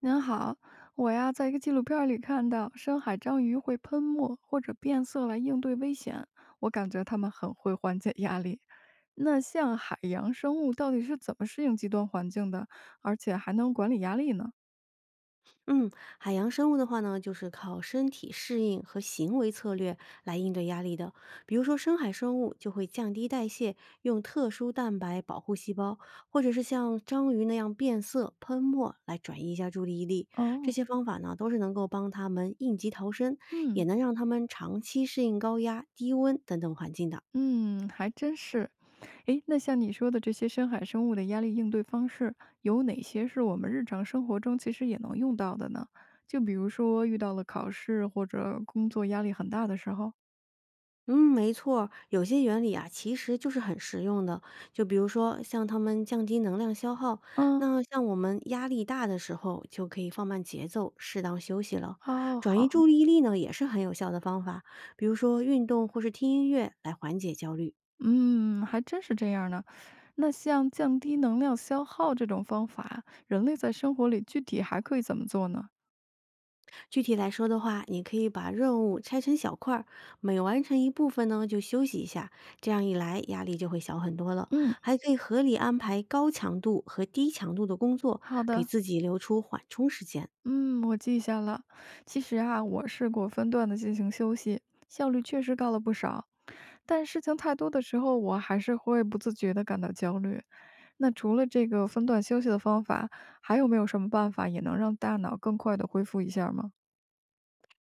您好，我呀，在一个纪录片儿里看到深海章鱼会喷墨或者变色来应对危险，我感觉它们很会缓解压力。那像海洋生物到底是怎么适应极端环境的，而且还能管理压力呢？嗯，海洋生物的话呢，就是靠身体适应和行为策略来应对压力的。比如说，深海生物就会降低代谢，用特殊蛋白保护细胞，或者是像章鱼那样变色、喷墨来转移一下注意力。这哦，些方法呢，都是能够帮它们应急逃生，也嗯能让它们长期适应高压、低温等等环境的。嗯，还真是。诶，那像你说的这些深海生物的压力应对方式，有哪些是我们日常生活中其实也能用到的呢？就比如说遇到了考试或者工作压力很大的时候，嗯，没错儿有些原理啊，其实就是很实用的。就比如说，像他们降低能量消耗，嗯。那像我们压力大的时候，就可以放慢节奏，适当休息了。哦，转移好，注意力呢，也是很有效的方法，比如说运动或是听音乐来缓解焦虑。嗯，还真是这样呢。那像降低能量消耗这种方法，人类在生活里具体还可以怎么做呢？具体来说的话，你可以把任务拆成小块儿，每完成一部分呢就休息一下，这样一来压力就会小很多了。嗯，还可以合理安排高强度和低强度的工作，好给的，自己留出缓冲时间。嗯，我记下了。其实啊，我试过分段的进行休息，效率确实高了不少。但事情太多的时候，我还是会不自觉的感到焦虑。那除了这个分段休息的方法，还有没有什么办法也能让大脑更快的恢复一下吗？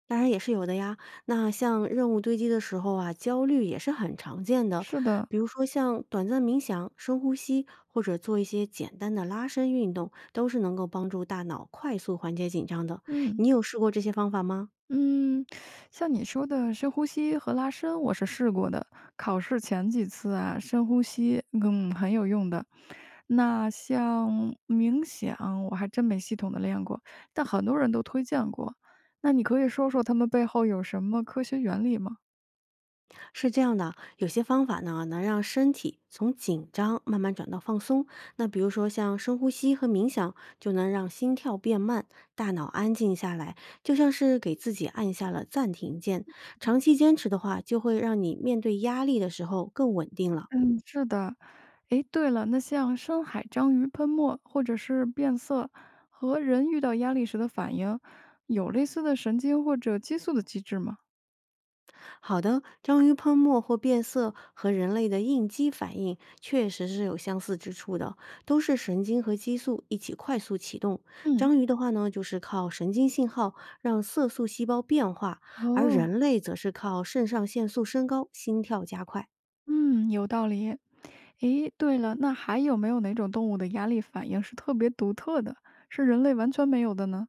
当然也是有的呀。那像任务堆积的时候啊，焦虑也是很常见的。是的，比如说像短暂冥想、深呼吸，或者做一些简单的拉伸运动，都是能够帮助大脑快速缓解紧张的。嗯。你有试过这些方法吗？嗯，像你说的深呼吸和拉伸，我是试过的。考试前几次啊，深呼吸，很有用的。那像冥想，我还真没系统的练过，但很多人都推荐过。那你可以说说他们背后有什么科学原理吗？是这样的，有些方法呢能让身体从紧张慢慢转到放松。那比如说像深呼吸和冥想，就能让心跳变慢，大脑安静下来，就像是给自己按下了暂停键。长期坚持的话，就会让你面对压力的时候更稳定了。嗯，是的，诶，对了，那像深海章鱼喷墨或者是变色和人遇到压力时的反应，有类似的神经或者激素的机制吗？好的，章鱼喷墨或变色和人类的应激反应确实是有相似之处的，都是神经和激素一起快速启动。嗯，章鱼的话呢，就是靠神经信号让色素细胞变化，而哦。人类则是靠肾上腺素升高，心跳加快。嗯，有道理。诶，对了，那还有没有哪种动物的压力反应是特别独特的，是人类完全没有的呢？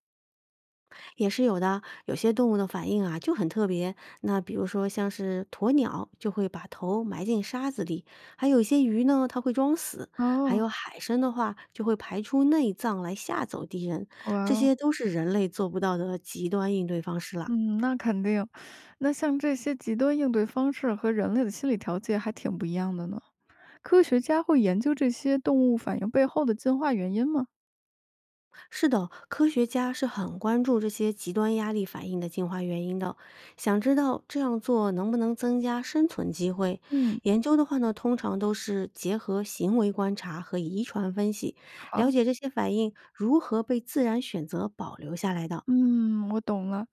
也是有的。有些动物的反应啊就很特别，那比如说像是鸵鸟就会把头埋进沙子里，还有一些鱼呢，它会装死，还哦，有海参的话就会排出内脏来吓走敌人，哇这哦，些都是人类做不到的极端应对方式啦。嗯，那肯定。那像这些极端应对方式和人类的心理调节还挺不一样的呢。科学家会研究这些动物反应背后的进化原因吗？是的，科学家是很关注这些极端压力反应的进化原因的，想知道这样做能不能增加生存机会。嗯，研究的话呢，通常都是结合行为观察和遗传分析，了好，解这些反应如何被自然选择保留下来的。嗯，我懂了。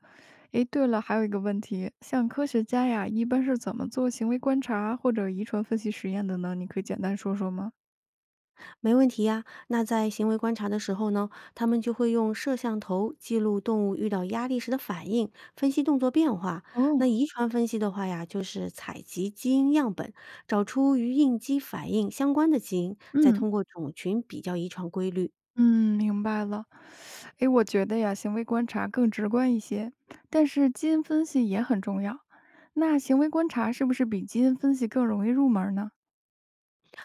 诶，对了，还有一个问题，像科学家呀，一般是怎么做行为观察或者遗传分析实验的呢？你可以简单说说吗？没问题呀。那在行为观察的时候呢，他们就会用摄像头记录动物遇到压力时的反应，分析动作变化。那哦，遗传分析的话呀，就是采集基因样本，找出与应激反应相关的基因，再嗯，通过种群比较遗传规律。嗯，明白了。诶，我觉得呀，行为观察更直观一些，但是基因分析也很重要。那行为观察是不是比基因分析更容易入门儿呢？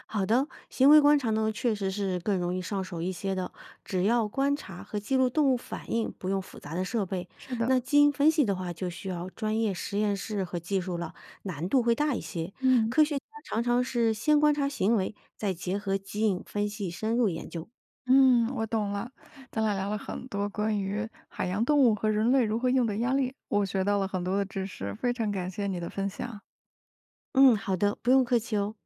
好的，行为观察呢，确实是更容易上手一些的。只要观察和记录动物反应，不用复杂的设备。是的，那基因分析的话，就需要专业实验室和技术了，难度会大一些。嗯科学家常常是先观察行为，再结合基因分析深入研究。嗯，我懂了。咱俩聊了很多关于海洋动物和人类如何应对压力，我学到了很多的知识，非常感谢你的分享。嗯，好的，不用客气哦。